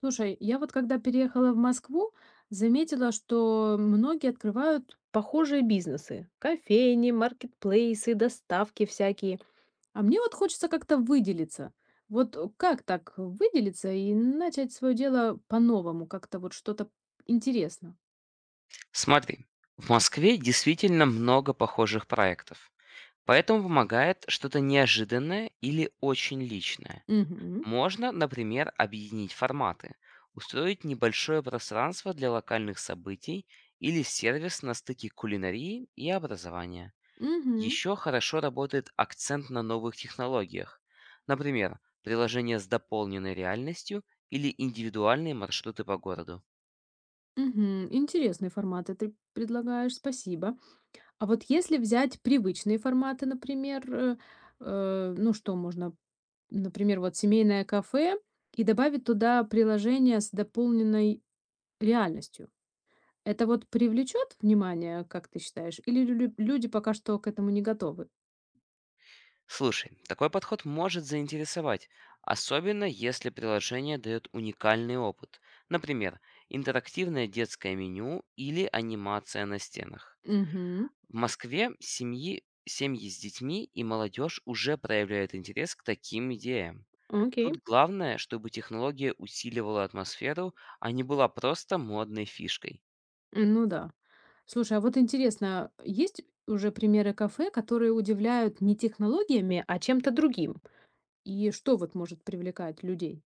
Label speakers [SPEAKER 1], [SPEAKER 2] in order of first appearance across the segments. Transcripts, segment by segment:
[SPEAKER 1] Слушай, я вот когда переехала в Москву, заметила, что многие открывают похожие бизнесы: кофейни, маркетплейсы, доставки всякие. А мне вот хочется как-то выделиться. Вот как так выделиться и начать свое дело по-новому, как-то вот что-то интересно.
[SPEAKER 2] Смотри, в Москве действительно много похожих проектов, поэтому помогает что-то неожиданное или очень личное.
[SPEAKER 1] Угу.
[SPEAKER 2] Можно, например, объединить форматы, устроить небольшое пространство для локальных событий или сервис на стыке кулинарии и образования.
[SPEAKER 1] Угу.
[SPEAKER 2] Еще хорошо работает акцент на новых технологиях, например, приложения с дополненной реальностью или индивидуальные маршруты по городу.
[SPEAKER 1] Угу. Интересные форматы ты предлагаешь, спасибо. А вот если взять привычные форматы, например, ну что можно например, вот семейное кафе и добавить туда приложение с дополненной реальностью. Это вот привлечет внимание, как ты считаешь, или люди пока что к этому не готовы?
[SPEAKER 2] Слушай, такой подход может заинтересовать, особенно если приложение дает уникальный опыт. Например, интерактивное детское меню или анимация на стенах.
[SPEAKER 1] Угу.
[SPEAKER 2] В Москве семьи с детьми и молодежь уже проявляют интерес к таким идеям.
[SPEAKER 1] Окей.
[SPEAKER 2] Тут главное, чтобы технология усиливала атмосферу, а не была просто модной фишкой.
[SPEAKER 1] Ну да. Слушай, а вот интересно, есть уже примеры кафе, которые удивляют не технологиями, а чем-то другим? И что вот может привлекать людей?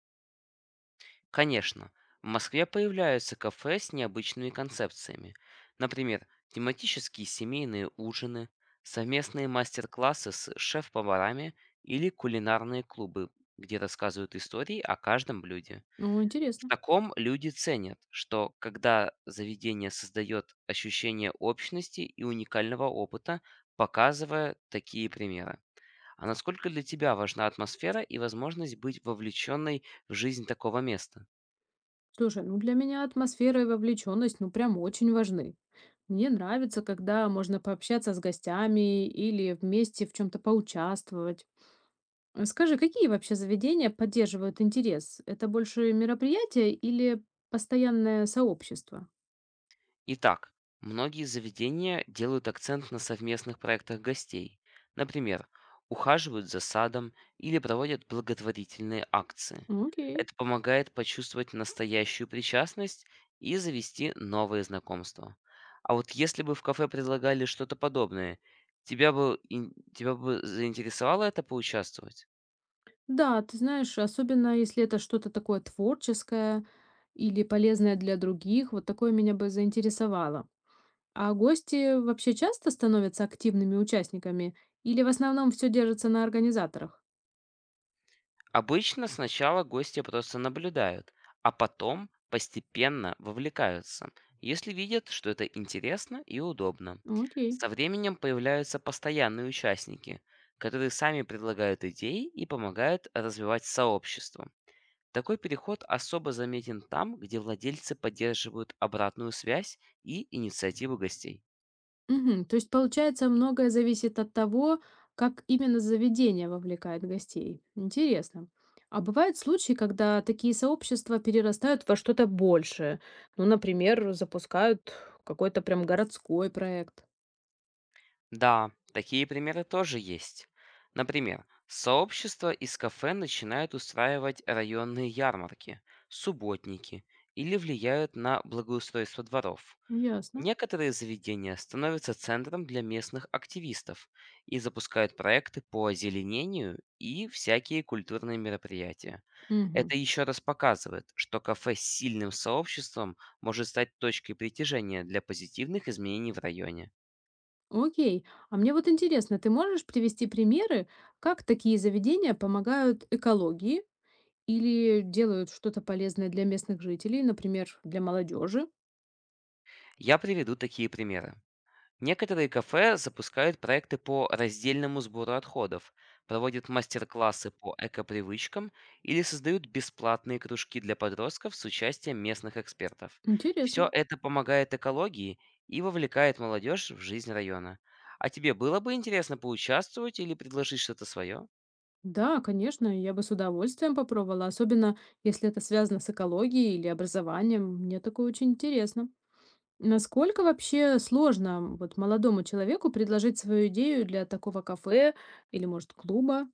[SPEAKER 2] Конечно, в Москве появляются кафе с необычными концепциями. Например, тематические семейные ужины, совместные мастер-классы с шеф-поварами или кулинарные клубы, где рассказывают истории о каждом блюде.
[SPEAKER 1] Ну,
[SPEAKER 2] В
[SPEAKER 1] интересно.
[SPEAKER 2] таком люди ценят, что когда заведение создает ощущение общности и уникального опыта, показывая такие примеры. А насколько для тебя важна атмосфера и возможность быть вовлеченной в жизнь такого места?
[SPEAKER 1] Слушай, ну для меня атмосфера и вовлеченность, ну прям очень важны. Мне нравится, когда можно пообщаться с гостями или вместе в чем-то поучаствовать. Скажи, какие вообще заведения поддерживают интерес? Это больше мероприятие или постоянное сообщество?
[SPEAKER 2] Итак, многие заведения делают акцент на совместных проектах гостей. Например, ухаживают за садом или проводят благотворительные акции.
[SPEAKER 1] Окей.
[SPEAKER 2] Это помогает почувствовать настоящую причастность и завести новые знакомства. А вот если бы в кафе предлагали что-то подобное, тебя бы заинтересовало это поучаствовать?
[SPEAKER 1] Да, ты знаешь, особенно если это что-то такое творческое или полезное для других, вот такое меня бы заинтересовало. А гости вообще часто становятся активными участниками или в основном все держится на организаторах?
[SPEAKER 2] Обычно сначала гости просто наблюдают, а потом постепенно вовлекаются, если видят, что это интересно и удобно.
[SPEAKER 1] Окей.
[SPEAKER 2] Со временем появляются постоянные участники, которые сами предлагают идеи и помогают развивать сообщество. Такой переход особо заметен там, где владельцы поддерживают обратную связь и инициативу гостей.
[SPEAKER 1] Мгм. То есть, получается, многое зависит от того, как именно заведение вовлекает гостей. Интересно. А бывают случаи, когда такие сообщества перерастают во что-то большее. Ну, например, запускают какой-то прям городской проект.
[SPEAKER 2] Да, такие примеры тоже есть. Например, сообщества из кафе начинают устраивать районные ярмарки, субботники или влияют на благоустройство дворов.
[SPEAKER 1] Ясно.
[SPEAKER 2] Некоторые заведения становятся центром для местных активистов и запускают проекты по озеленению и всякие культурные мероприятия.
[SPEAKER 1] Мгм.
[SPEAKER 2] Это еще раз показывает, что кафе с сильным сообществом может стать точкой притяжения для позитивных изменений в районе.
[SPEAKER 1] Окей. А мне вот интересно, ты можешь привести примеры, как такие заведения помогают экологии или делают что-то полезное для местных жителей, например, для молодежи?
[SPEAKER 2] Я приведу такие примеры. Некоторые кафе запускают проекты по раздельному сбору отходов, проводят мастер-классы по экопривычкам или создают бесплатные кружки для подростков с участием местных экспертов. Все
[SPEAKER 1] Интересно.
[SPEAKER 2] это помогает экологии и вовлекает молодежь в жизнь района. А тебе было бы интересно поучаствовать или предложить что-то свое?
[SPEAKER 1] Да, конечно, я бы с удовольствием попробовала, особенно если это связано с экологией или образованием. Мне такое очень интересно. Насколько вообще сложно вот молодому человеку предложить свою идею для такого кафе или, может, клуба?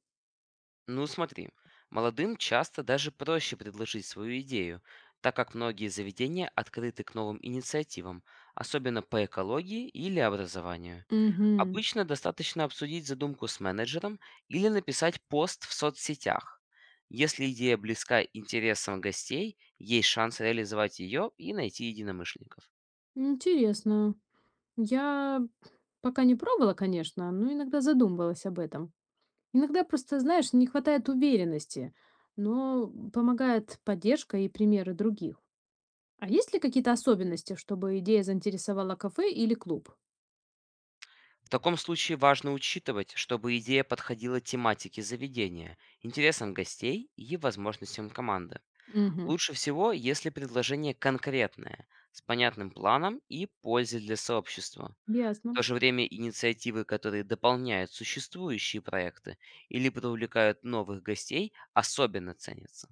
[SPEAKER 2] Ну смотри, молодым часто даже проще предложить свою идею, так как многие заведения открыты к новым инициативам, особенно по экологии или образованию.
[SPEAKER 1] Угу.
[SPEAKER 2] Обычно достаточно обсудить задумку с менеджером или написать пост в соцсетях. Если идея близка интересам гостей, есть шанс реализовать ее и найти единомышленников.
[SPEAKER 1] Интересно. Я пока не пробовала, конечно, но иногда задумывалась об этом. Иногда просто, знаешь, не хватает уверенности, но помогает поддержка и примеры других. А есть ли какие-то особенности, чтобы идея заинтересовала кафе или клуб?
[SPEAKER 2] В таком случае важно учитывать, чтобы идея подходила тематике заведения, интересам гостей и возможностям команды.
[SPEAKER 1] Угу.
[SPEAKER 2] Лучше всего, если предложение конкретное, с понятным планом и пользой для сообщества. В
[SPEAKER 1] Ясно.
[SPEAKER 2] то же время инициативы, которые дополняют существующие проекты или привлекают новых гостей, особенно ценятся.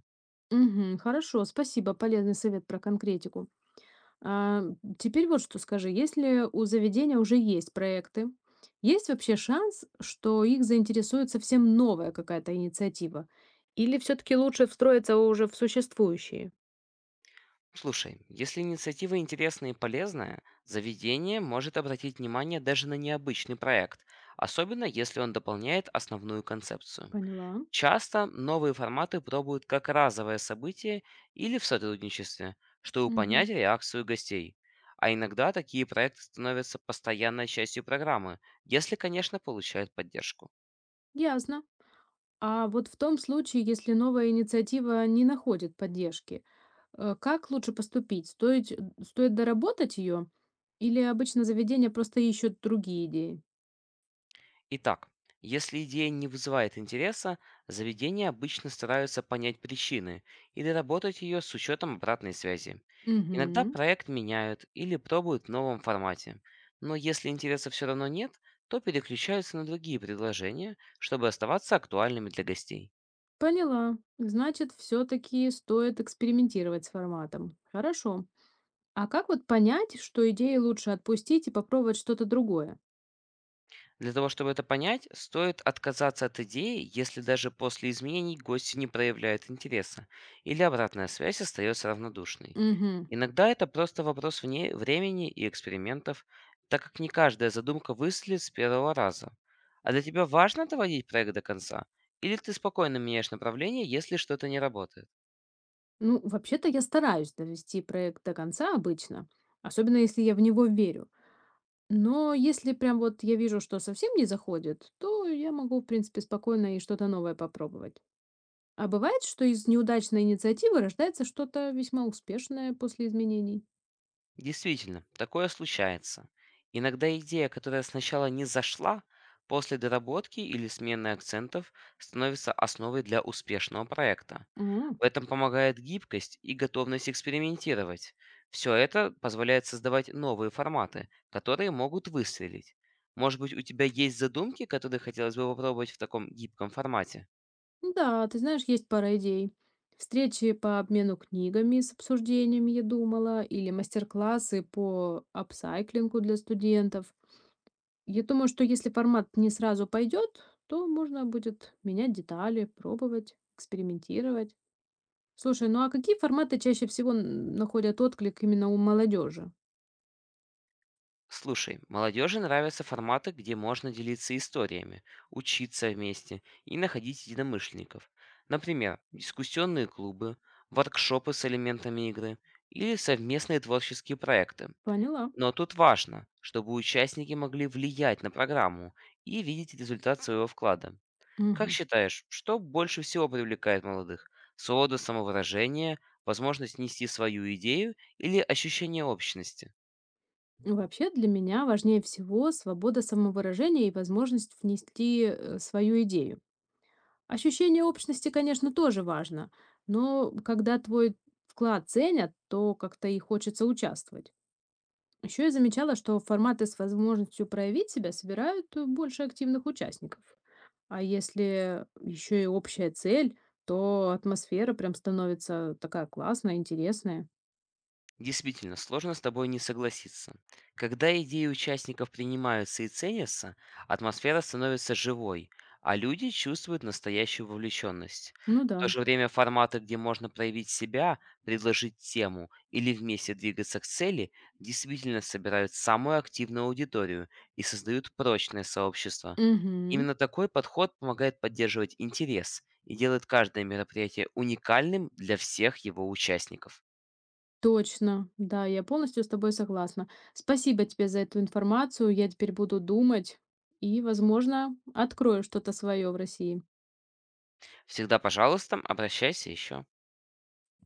[SPEAKER 1] Угу. Хорошо, спасибо, полезный совет про конкретику. А, теперь вот что скажи, если у заведения уже есть проекты, есть вообще шанс, что их заинтересует совсем новая какая-то инициатива? Или все-таки лучше встроиться уже в существующие?
[SPEAKER 2] Слушай, если инициатива интересная и полезная, заведение может обратить внимание даже на необычный проект, особенно если он дополняет основную концепцию.
[SPEAKER 1] Поняла.
[SPEAKER 2] Часто новые форматы пробуют как разовое событие или в сотрудничестве, чтобы понять
[SPEAKER 1] Мгм.
[SPEAKER 2] реакцию гостей. А иногда такие проекты становятся постоянной частью программы, если, конечно, получают поддержку.
[SPEAKER 1] Ясно. А вот в том случае, если новая инициатива не находит поддержки, как лучше поступить? Стоит доработать ее? Или обычно заведения просто ищут другие идеи?
[SPEAKER 2] Итак, если идея не вызывает интереса, заведения обычно стараются понять причины и доработать ее с учетом обратной связи. Иногда
[SPEAKER 1] Угу.
[SPEAKER 2] проект меняют или пробуют в новом формате, но если интереса все равно нет, то переключаются на другие предложения, чтобы оставаться актуальными для гостей.
[SPEAKER 1] Поняла. Значит, все-таки стоит экспериментировать с форматом. Хорошо. А как вот понять, что идеи лучше отпустить и попробовать что-то другое?
[SPEAKER 2] Для того, чтобы это понять, стоит отказаться от идеи, если даже после изменений гости не проявляют интереса, или обратная связь остается равнодушной.
[SPEAKER 1] Угу.
[SPEAKER 2] Иногда это просто вопрос вне времени и экспериментов, так как не каждая задумка выстрелит с первого раза. А для тебя важно доводить проект до конца? Или ты спокойно меняешь направление, если что-то не работает?
[SPEAKER 1] Ну, вообще-то я стараюсь довести проект до конца обычно, особенно если я в него верю. Но если прям вот я вижу, что совсем не заходит, то я могу, в принципе, спокойно и что-то новое попробовать. А бывает, что из неудачной инициативы рождается что-то весьма успешное после изменений.
[SPEAKER 2] Действительно, такое случается. Иногда идея, которая сначала не зашла, после доработки или смены акцентов становится основой для успешного проекта.
[SPEAKER 1] М.
[SPEAKER 2] В этом помогает гибкость и готовность экспериментировать. Все это позволяет создавать новые форматы, которые могут выстрелить. Может быть, у тебя есть задумки, которые хотелось бы попробовать в таком гибком формате?
[SPEAKER 1] Да, ты знаешь, есть пара идей. Встречи по обмену книгами с обсуждениями, я думала, или мастер-классы по апсайклингу для студентов. Я думаю, что если формат не сразу пойдет, то можно будет менять детали, пробовать, экспериментировать. Слушай, ну а какие форматы чаще всего находят отклик именно у молодежи?
[SPEAKER 2] Слушай, молодежи нравятся форматы, где можно делиться историями, учиться вместе и находить единомышленников. Например, дискуссионные клубы, воркшопы с элементами игры или совместные творческие проекты.
[SPEAKER 1] Поняла.
[SPEAKER 2] Но тут важно, чтобы участники могли влиять на программу и видеть результат своего вклада. Как
[SPEAKER 1] Мгм.
[SPEAKER 2] считаешь, что больше всего привлекает молодых? Свобода самовыражения, возможность нести свою идею или ощущение общности?
[SPEAKER 1] Вообще для меня важнее всего свобода самовыражения и возможность внести свою идею. Ощущение общности, конечно, тоже важно, но когда твой вклад ценят, то как-то и хочется участвовать. Еще я замечала, что форматы с возможностью проявить себя собирают больше активных участников. А если еще и общая цель, то атмосфера прям становится такая классная, интересная.
[SPEAKER 2] Действительно, сложно с тобой не согласиться. Когда идеи участников принимаются и ценятся, атмосфера становится живой, а люди чувствуют настоящую вовлеченность.
[SPEAKER 1] Ну
[SPEAKER 2] В то
[SPEAKER 1] да.
[SPEAKER 2] же время форматы, где можно проявить себя, предложить тему или вместе двигаться к цели, действительно собирают самую активную аудиторию и создают прочное сообщество.
[SPEAKER 1] Угу.
[SPEAKER 2] Именно такой подход помогает поддерживать интерес и делает каждое мероприятие уникальным для всех его участников.
[SPEAKER 1] Точно. Да, я полностью с тобой согласна. Спасибо тебе за эту информацию. Я теперь буду думать и, возможно, открою что-то свое в России.
[SPEAKER 2] Всегда, пожалуйста, обращайся еще.